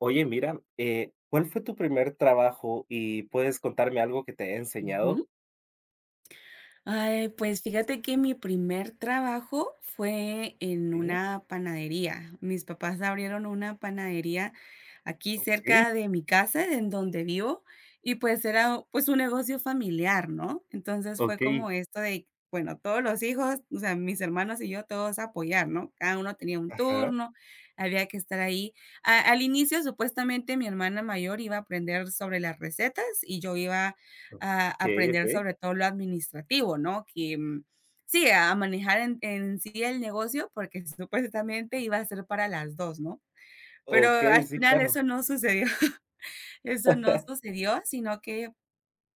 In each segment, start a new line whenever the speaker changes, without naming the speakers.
Oye, mira, ¿cuál fue tu primer trabajo y puedes contarme algo que te haya enseñado?
Ujú. Ay, pues fíjate que mi primer trabajo fue en
Sí,
una panadería. Mis papás abrieron una panadería aquí
okey,
cerca de mi casa, en donde vivo, y pues era pues un negocio familiar, ¿no? Entonces fue
okey.
como esto de, bueno, todos los hijos, o sea, mis hermanos y yo todos apoyar, ¿no? Cada uno tenía un
Ajá.
turno, había que estar ahí. Al inicio, supuestamente, mi hermana mayor iba a aprender sobre las recetas y yo iba a
Okey,
aprender
okey.
sobre todo lo administrativo, ¿no? Que, sí, a manejar en sí el negocio, porque supuestamente iba a ser para las 2, ¿no? Pero
Okey,
al
sí,
final
claro.
eso no sucedió, eso no sucedió, sino que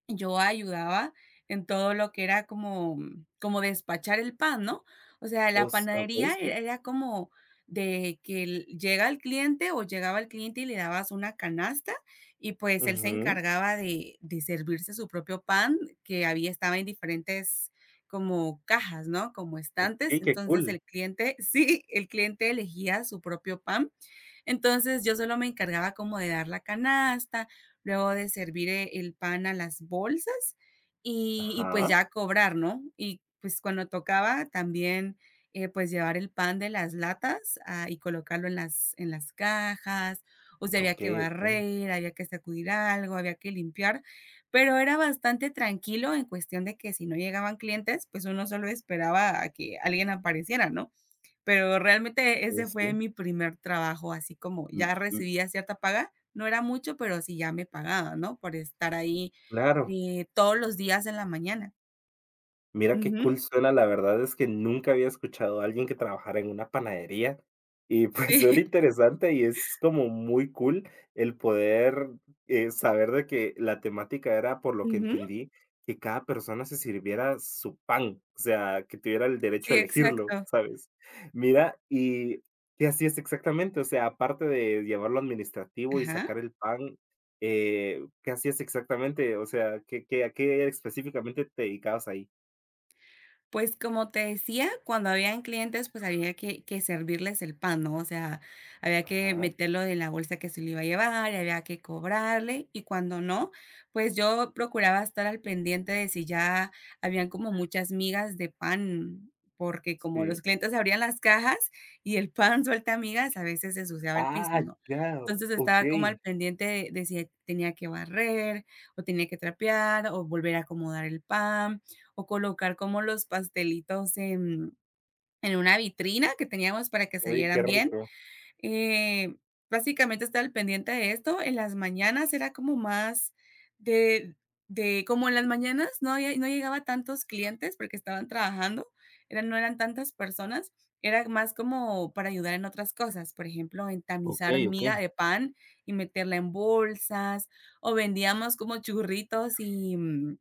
yo ayudaba en todo lo que era como despachar el pan, ¿no? O sea, la
Os okey,
panadería
sí.
era como de que el llega el cliente o llegaba el cliente y le dabas una canasta y, pues, él se
Ujú.
encargaba de servirse su propio pan que había estaba en diferentes como cajas, ¿no? Como estantes.
Okey, qué
Entonces,
cool.
el cliente sí, el cliente elegía su propio pan. Entonces, yo solo me encargaba como de dar la canasta, luego de servir el pan a las bolsas y pues
Ajá.
ya cobrar, ¿no? Y pues cuando tocaba también, pues llevar el pan de las latas, y colocarlo en las cajas, o sea, había que
Okey, okey.
barrer, había que sacudir algo, había que limpiar, pero era bastante tranquilo en cuestión de que si no llegaban clientes, pues uno solo esperaba a que alguien apareciera, ¿no? Pero realmente
Sí,
ese fue
sí.
mi primer trabajo, así como
Mm,
ya
mm,
recibía cierta paga, no era mucho, pero sí ya me pagaba, ¿no? Por estar ahí,
claro.
todos los días en la mañana.
Mira qué
Ujú,
cool suena, la verdad es que nunca había escuchado a alguien que trabajara en una panadería y pues suena
sí.
interesante y es como muy cool el poder saber de que la temática era, por lo que
Ujú,
entendí, que cada persona se sirviera su pan, o sea, que tuviera el derecho a
sí,
elegirlo,
exacto.
¿sabes? Mira, ¿y qué hacías exactamente? O sea, aparte de llevarlo administrativo y
Ajá.
sacar el pan, ¿qué hacías exactamente? O sea, ¿ a qué específicamente te dedicabas ahí?
Pues, como te decía, cuando habían clientes, pues, había que servirles el pan, ¿no? O sea, había que
Ajá,
meterlo en la bolsa que se lo iba a llevar, y había que cobrarle, y cuando no, pues, yo procuraba estar al pendiente de si ya habían como muchas migas de pan, porque como los
sí.
clientes abrían las cajas y el pan suelta migas, a veces se ensuciaba el piso,
Ah,
¿no?
ya,
Entonces, estaba
okey.
como al pendiente de si tenía que barrer, o tenía que trapear, o volver a acomodar el pan o colocar como los pastelitos en una vitrina que teníamos para que se
Oye, qué
vieran bien,
rico.
eh, básicamente estaba al pendiente de esto. En las mañanas era como más de de como en las mañanas no llegaba tantos clientes porque estaban trabajando, eran no eran tantas personas, era más como para ayudar en otras cosas, por ejemplo, en tamizar
Okey, okey.
miga de pan y meterla en bolsas, o vendíamos como churritos y,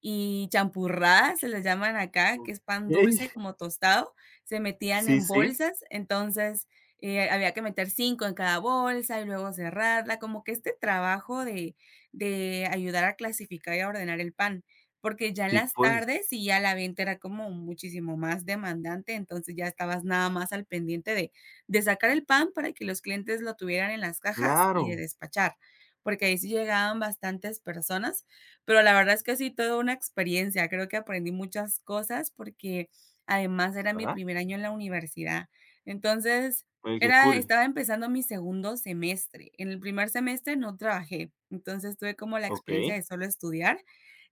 y champurradas, se les llaman acá, que es pan
Okey.
dulce como tostado, se metían
Sí,
en
sí.
bolsas. Entonces, había que meter 5 en cada bolsa y luego cerrarla, como que este trabajo de ayudar a clasificar y a ordenar el pan, porque ya en
Sí,
las
pues,
tardes y ya la venta era como muchísimo más demandante, entonces ya estabas nada más al pendiente de sacar el pan para que los clientes lo tuvieran en las cajas y de
claro.
despachar, porque ahí sí llegaban bastantes personas. Pero la verdad es que sí, toda una experiencia. Creo que aprendí muchas cosas porque además era mi
Ah,
primer año en la universidad. Entonces,
oye, qué
era
cool.
estaba empezando mi segundo semestre. En el primer semestre no trabajé, entonces tuve como la experiencia
Okey.
de solo estudiar.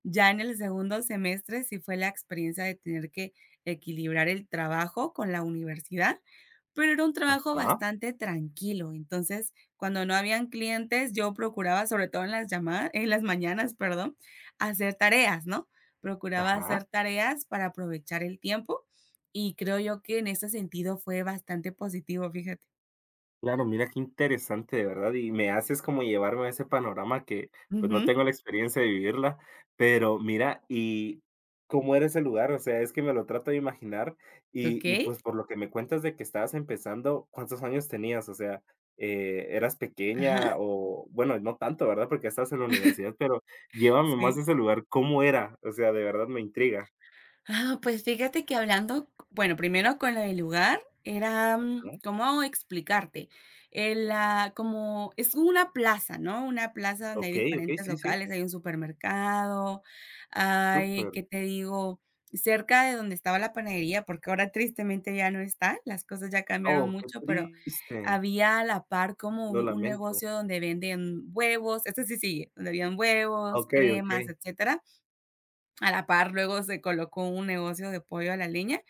Ya en el segundo semestre sí fue la experiencia de tener que equilibrar el trabajo con la universidad, pero era un trabajo
Ajá,
bastante tranquilo. Entonces, cuando no habían clientes, yo procuraba, sobre todo en las llamadas, en las mañanas, perdón, hacer tareas, ¿no? Procuraba
ajá.
hacer tareas para aprovechar el tiempo, y creo yo que en ese sentido fue bastante positivo, fíjate.
Claro, mira qué interesante, de verdad, y me haces como llevarme a ese panorama que, pues, no
Ujú,
tengo la experiencia de vivirla, pero mira, ¿y cómo era ese lugar? O sea, es que me lo trato de imaginar y
okey,
pues, por lo que me cuentas de que estabas empezando, ¿cuántos años tenías? O sea, ¿eras pequeña
ajá,
o bueno, no tanto, verdad? Porque estabas en la universidad, pero llévame más a
sí.
ese lugar, ¿cómo era? O sea, de verdad me intriga,
Ah, pues fíjate que hablando, bueno, primero con lo del lugar, era,
¿no?
¿cómo explicarte? Como es una plaza, ¿no? Una plaza donde hay
Okey, okey,
diferentes
sí, sí,
locales, hay un supermercado, hay,
súper.
¿qué te digo? Cerca de donde estaba la panadería, porque ahora tristemente ya no está, las cosas ya cambiaron
Oh, qué
mucho, pero
triste,
había a la par como
lo
un
lamento.
negocio donde venden huevos, este sí sigue, donde habían huevos,
Okey,
cremas,
okey.
etcétera, a la par, luego se colocó un negocio de pollo a la leña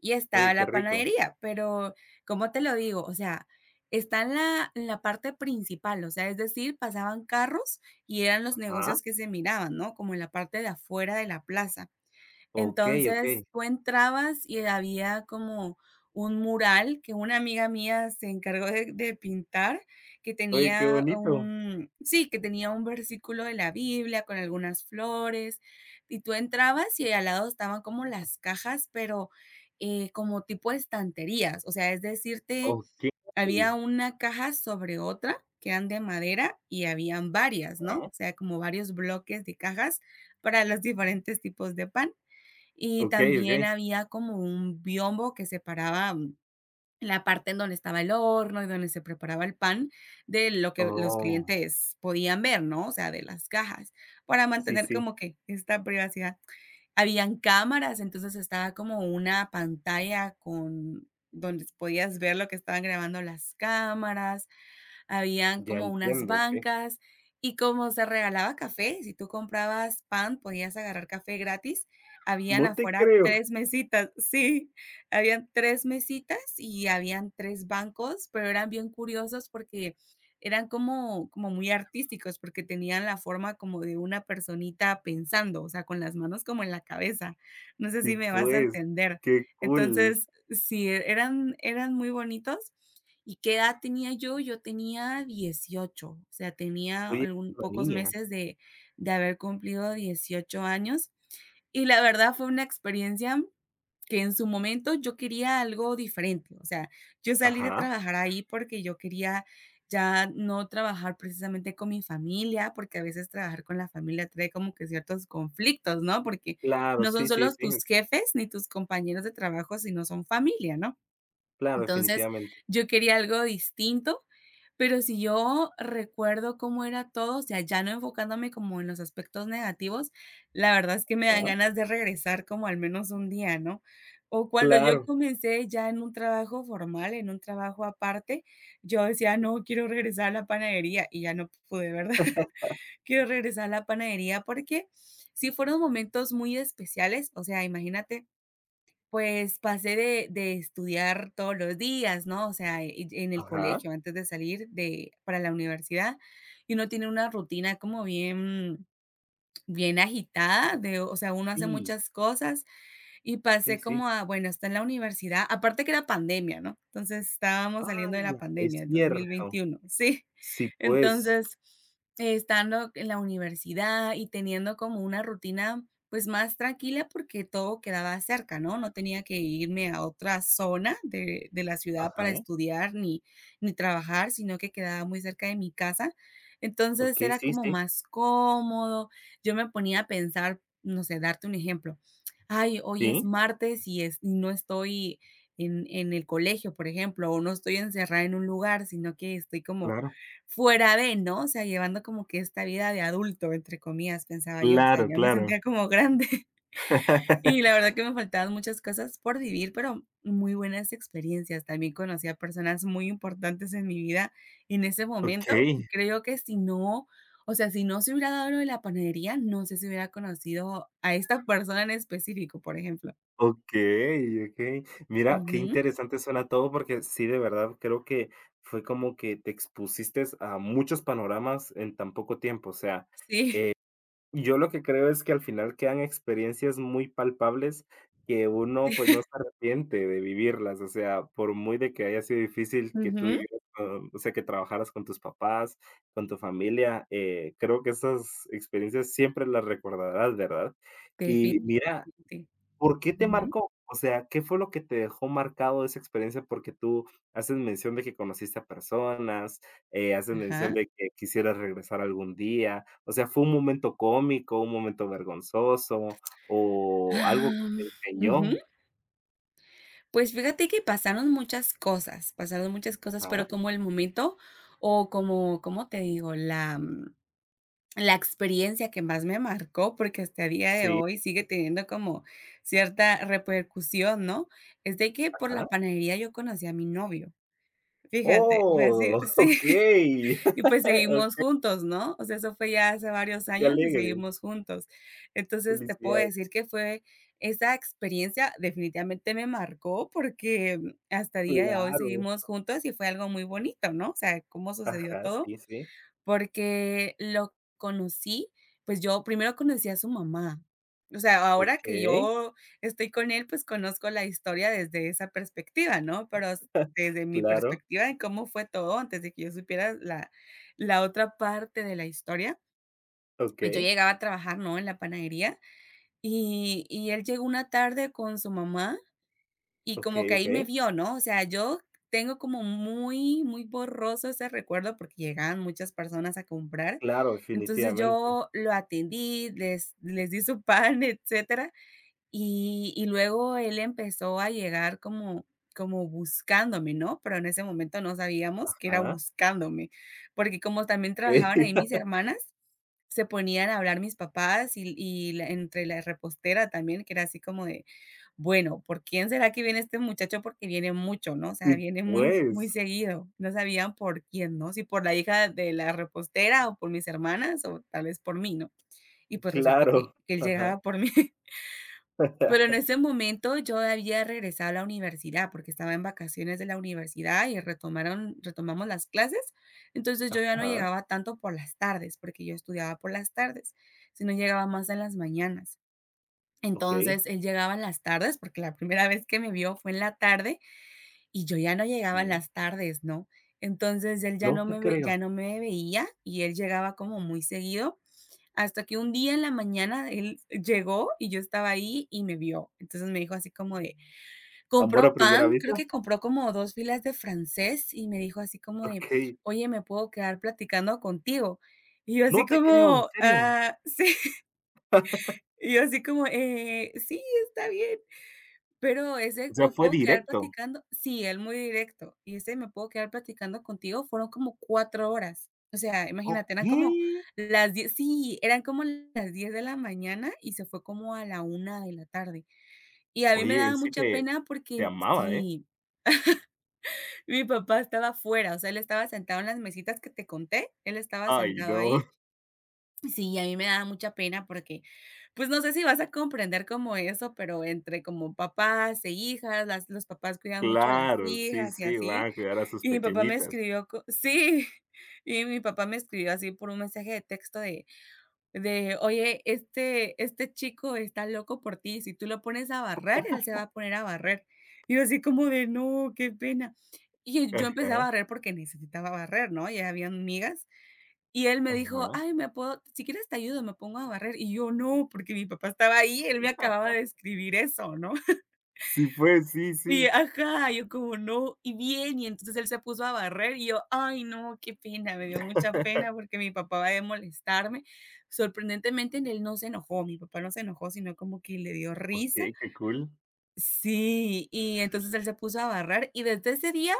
y
Oye,
estaba
qué
la
rico.
panadería, pero, ¿cómo te lo digo? O sea, está en la parte principal, o sea, es decir, pasaban carros y eran los
Ajá.
negocios que se miraban, ¿no? Como en la parte de afuera de la plaza.
Okey, okey.
Entonces, tú entrabas y había como un mural que una amiga mía se encargó de pintar, que
Oye, qué
tenía
bonito.
un sí, que tenía un versículo de la Biblia con algunas flores, y tú entrabas y al lado estaban como las cajas, pero, como tipo estanterías, o sea, es decirte,
Okey.
había una caja sobre otra, que eran de madera y habían varias, ¿no? O
Ajá.
sea, como varios bloques de cajas para los diferentes tipos de pan, y
Okey,
también
okey.
había como un biombo que separaba la parte en donde estaba el horno y donde se preparaba el pan de lo que los
Oh,
clientes podían ver, ¿no? O sea, de las cajas, para
sí,
mantener
sí,
como que esta privacidad. Habían cámaras, entonces estaba como una pantalla con donde podías ver lo que estaban grabando las cámaras. Habían
ya
como unas
entiendo, sí.
bancas, y como se regalaba café, si tú comprabas pan, podías agarrar café gratis. Habían
No te
afuera
creo.
3 mesitas, sí, habían 3 mesitas y habían 3 bancos, pero eran bien curiosos porque eran como muy artísticos, porque tenían la forma como de una personita pensando, o sea, con las manos como en la cabeza. No sé
Y
si me vas a
pues,
entender.
qué cool.
Entonces, sí, eran muy bonitos. ¿Y qué edad tenía yo? Yo tenía 18, o sea, tenía
Oye,
algún
la
pocos
niña.
meses de haber cumplido 18 años, y la verdad fue una experiencia que en su momento yo quería algo diferente, o sea, yo salí de
Ajá.
trabajar ahí porque yo quería ya no trabajar precisamente con mi familia, porque a veces trabajar con la familia trae como que ciertos conflictos, ¿no? Porque
Claro,
no son
sí, sí,
solo
sí.
tus jefes ni tus compañeros de trabajo, sino son familia, ¿no?
Claro,
Entonces,
definitivamente.
yo quería algo distinto, pero si yo recuerdo cómo era todo, o sea, ya no enfocándome como en los aspectos negativos, la verdad es que me dan
Ajá.
ganas de regresar como al menos un día, ¿no? O cuando yo
Claro.
comencé ya en un trabajo formal, en un trabajo aparte, yo decía, no, quiero regresar a la panadería y ya no pude, ¿verdad? Quiero regresar a la panadería porque sí fueron momentos muy especiales, o sea, imagínate, pues pasé de estudiar todos los días, ¿no? O sea, en el
Ajá.
colegio, antes de salir de para la universidad, y uno tiene una rutina como bien bien agitada de, o sea, uno hace
Sí,
muchas cosas, y
sí,
pasé
sí.
como a, bueno, está en la universidad, aparte que era pandemia, ¿no? Entonces estábamos saliendo de la
¡Hala! Es
pandemia, el
cierto.
veintiuno. Sí.
Sí, pues.
Entonces, estando en la universidad y teniendo como una rutina, pues más tranquila porque todo quedaba cerca, ¿no? No tenía que irme a otra zona de la ciudad
Ajá.
para estudiar ni, trabajar, sino que quedaba muy cerca de mi casa. Entonces
Okey,
era
sí,
como
sí.
más cómodo. Yo me ponía a pensar, no sé, darte un ejemplo, ay, hoy es
Sí,
martes y no estoy en el colegio, por ejemplo, o no estoy encerrada en un lugar, sino que estoy como
claro.
fuera de, ¿no? O sea, llevando como que esta vida de adulto, entre comillas, pensaba yo, o sea,
Claro,
ya me
claro.
sentía como grande. Y la verdad que me faltaban muchas cosas por vivir, pero muy buenas experiencias. También conocí a personas muy importantes en mi vida en ese momento, y
Okay,
creo que si no, o sea, si no se hubiera dado lo de la panadería, no sé si hubiera conocido a esta persona en específico, por ejemplo.
okay, okay. Mira, qué
Ujú.
interesante suena todo, porque sí, de verdad, creo que fue como que te expusiste a muchos panoramas en tan poco tiempo. O sea,
Sí.
yo lo que creo es que al final quedan experiencias muy palpables que uno, pues, no se arrepiente de vivirlas. O sea, por muy de que haya sido difícil que tú
Ujú.
vivieras con o sea, que trabajaras con tus papás, con tu familia, creo que esas experiencias siempre las recordarás, ¿verdad? Y mira,
Definitivamente.
¿por qué te
Ujú.
marcó? O sea, ¿qué fue lo que te dejó marcado esa experiencia? Porque tú haces mención de que conociste a personas, haces mención
Ajá.
de que quisieras regresar algún día. O sea, ¿fue un momento cómico, un momento vergonzoso o algo que te
Am, Ujú.
enseñó?
Pues fíjate que pasaron muchas cosas,
Ajá.
pero como el momento o como, ¿cómo te digo? La experiencia que más me marcó, porque hasta el día de
Sí,
hoy sigue teniendo como cierta repercusión, ¿no? Es de que por la
ajá.
panadería yo conocí a mi novio. Fíjate, fue así.
¡Oh!
Sí,
Okey.
y pues
Oh,
seguimos juntos, ¿no? O sea, eso fue ya hace varios
qué
años y
alegre.
seguimos juntos. Entonces, te puedo
Felicidades.
decir que fue esa experiencia, definitivamente me marcó porque hasta día de hoy
Claro.
seguimos juntos y fue algo muy bonito, ¿no? O sea, cómo sucedió
Ajá,
todo.
sí, sí.
Porque lo conocí, pues yo primero conocí a su mamá. O sea, ahora que
Okey.
yo estoy con él, pues conozco la historia desde esa perspectiva, ¿no? Pero s desde mi
Claro.
perspectiva de cómo fue todo antes de que yo supiera la la otra parte de la historia, pues yo
Okey,
llegaba a trabajar, ¿no? En la panadería y él llegó una tarde con su mamá y como
okey,
que ahí me
okey.
vio, ¿no? O sea, yo tengo como muy, muy borroso ese recuerdo porque llegaban muchas personas a comprar.
Claro,
Entonces
definitivamente.
yo lo atendí, les di su pan, etcétera. Y luego él empezó a llegar como, como buscándome, ¿no? Pero en ese momento no sabíamos que era
Ah,
buscándome, porque como también trabajaban ahí mis hermanas, se ponían a hablar mis papás y, entre la repostera también, que era así como de, bueno, ¿por quién será que viene este muchacho? Porque viene mucho, ¿no? O
y
sea, viene muy muy
pues,
seguido. No sabían por quién, ¿no? Si por la hija de la repostera o por mis hermanas o tal vez por mí, ¿no? Y pues resultó que
claro.
que él
Ajá,
llegaba por mí. Pero en ese momento yo había regresado a la universidad porque estaba en vacaciones de la universidad y retomaron retomamos las clases. Entonces yo ya no
ajá,
llegaba tanto por las tardes, porque yo estudiaba por las tardes, sino llegaba más en las mañanas.
okey,
Entonces, él llegaba en las tardes, porque la primera vez que me vio fue en la tarde y yo ya no llegaba en
sí.
las tardes, ¿no? Entonces, él
No te
ya
creo.
no me veía y él llegaba como muy seguido, hasta que un día en la mañana él llegó y yo estaba ahí y me vio. Entonces, me dijo así como de
¿Amor
compró
a primera
pan, creo
vista?
que compró como 2 filas de francés y me dijo así como de:
Okey.
"Oye, ¿me puedo quedar platicando contigo?". Y yo así
No te creo, ¿en
como,
serio?
ah, sí, y yo así como, sí, está bien. Pero
O
ese
sea,
me
fue
puedo quedar
directo.
platicando sí, él muy directo, y ese me puedo quedar platicando contigo, fueron como 4 horas. O sea, imagínate, eran como
Okey.
las 10 sí, eran como las 10 de la mañana y se fue como a la 1 de la tarde. Y a mí me
Oye, él
daba
sí
mucha
te
pena
te
porque
amaba, ¿eh?
sí, mi papá estaba afuera, o sea, él estaba sentado en las mesitas que te conté, él estaba
Ay,
sentado
no.
ahí. Sí, a mí me da mucha pena porque, pues, no sé si vas a comprender como eso, pero entre como papás e hijas, las los papás cuidan mucho a las
Claro, sí,
hijas y
sí, va
así.
a cuidar a sus
Y mi papá me
pequeñitas.
escribió co sí, y mi papá me escribió así por un mensaje de texto de: "Oye, este chico está loco por ti, si tú lo pones a barrer, él se va a poner a barrer". Y yo así como de: "No, qué pena". Y yo empecé a
Ajá,
barrer porque necesitaba barrer, ¿no? Ya habían migas. Y él me dijo:
ajá.
"Ay, me puedo si quieres te ayudo, me pongo a barrer". Y yo: "No", porque mi papá estaba ahí, él me acababa de escribir eso, ¿no?
Sí fue, sí,
Y
sí.
ajá, yo como: "No". Y bien, y entonces él se puso a barrer y yo: "Ay, no, qué pena", me dio mucha pena porque mi papá va a molestarme. Sorprendentemente, él no se enojó, mi papá no se enojó, sino como que le dio risa.
Okey, qué cool.
Sí, y entonces él se puso a barrer y desde ese día,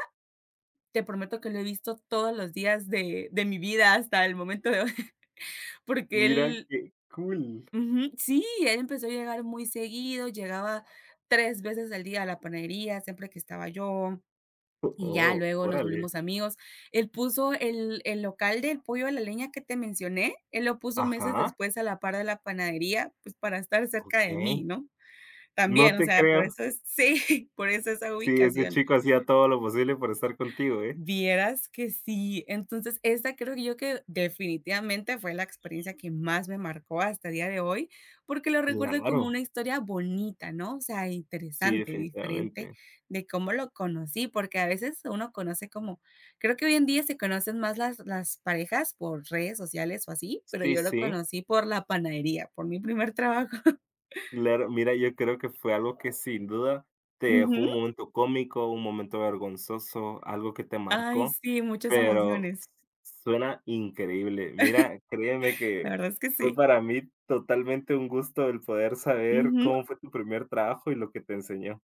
te prometo que lo he visto todos los días de mi vida hasta el momento de hoy, porque
Mira
él
qué cool.
Ujú, sí, él empezó a llegar muy seguido, llegaba 3 veces al día a la panadería, siempre que estaba yo, y ya
Oh,
luego nos
órale.
volvimos amigos. Él puso el local del pollo a la leña que te mencioné, él lo puso meses
Ajá,
después a la par de la panadería, pues, para estar cerca de
okey.
mí, ¿no?
No
También, o
te
sea, por
creo.
eso es sí, por eso esa
Sí, ese
ubicación.
chico hacía todo lo posible por estar contigo, ¿eh?
Vieras que sí. Entonces, esta creo que yo que definitivamente fue la experiencia que más me marcó hasta el día de hoy, porque lo recuerdo
Claro,
como una historia bonita, ¿no? O sea,
sí,
interesante, diferente
definitivamente.
de cómo lo conocí, porque a veces uno conoce como, creo que hoy en día se conocen más las parejas por redes sociales o así, pero
Sí,
yo lo
sí,
conocí por la panadería, por mi primer trabajo.
claro. Mira, yo creo que fue algo que sin duda te dejó
Ujú.
un momento cómico, un momento vergonzoso, algo que te
Ay,
marcó,
sí, muchas
pero
emociones.
suena increíble. Mira, créeme
La
que
verdad es que
fue
sí.
para mí totalmente un gusto el poder saber
Ujú.
cómo fue tu primer trabajo y lo que te enseñó.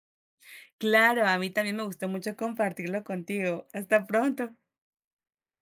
Claro, a mí también me gustó mucho compartirlo contigo. Hasta pronto.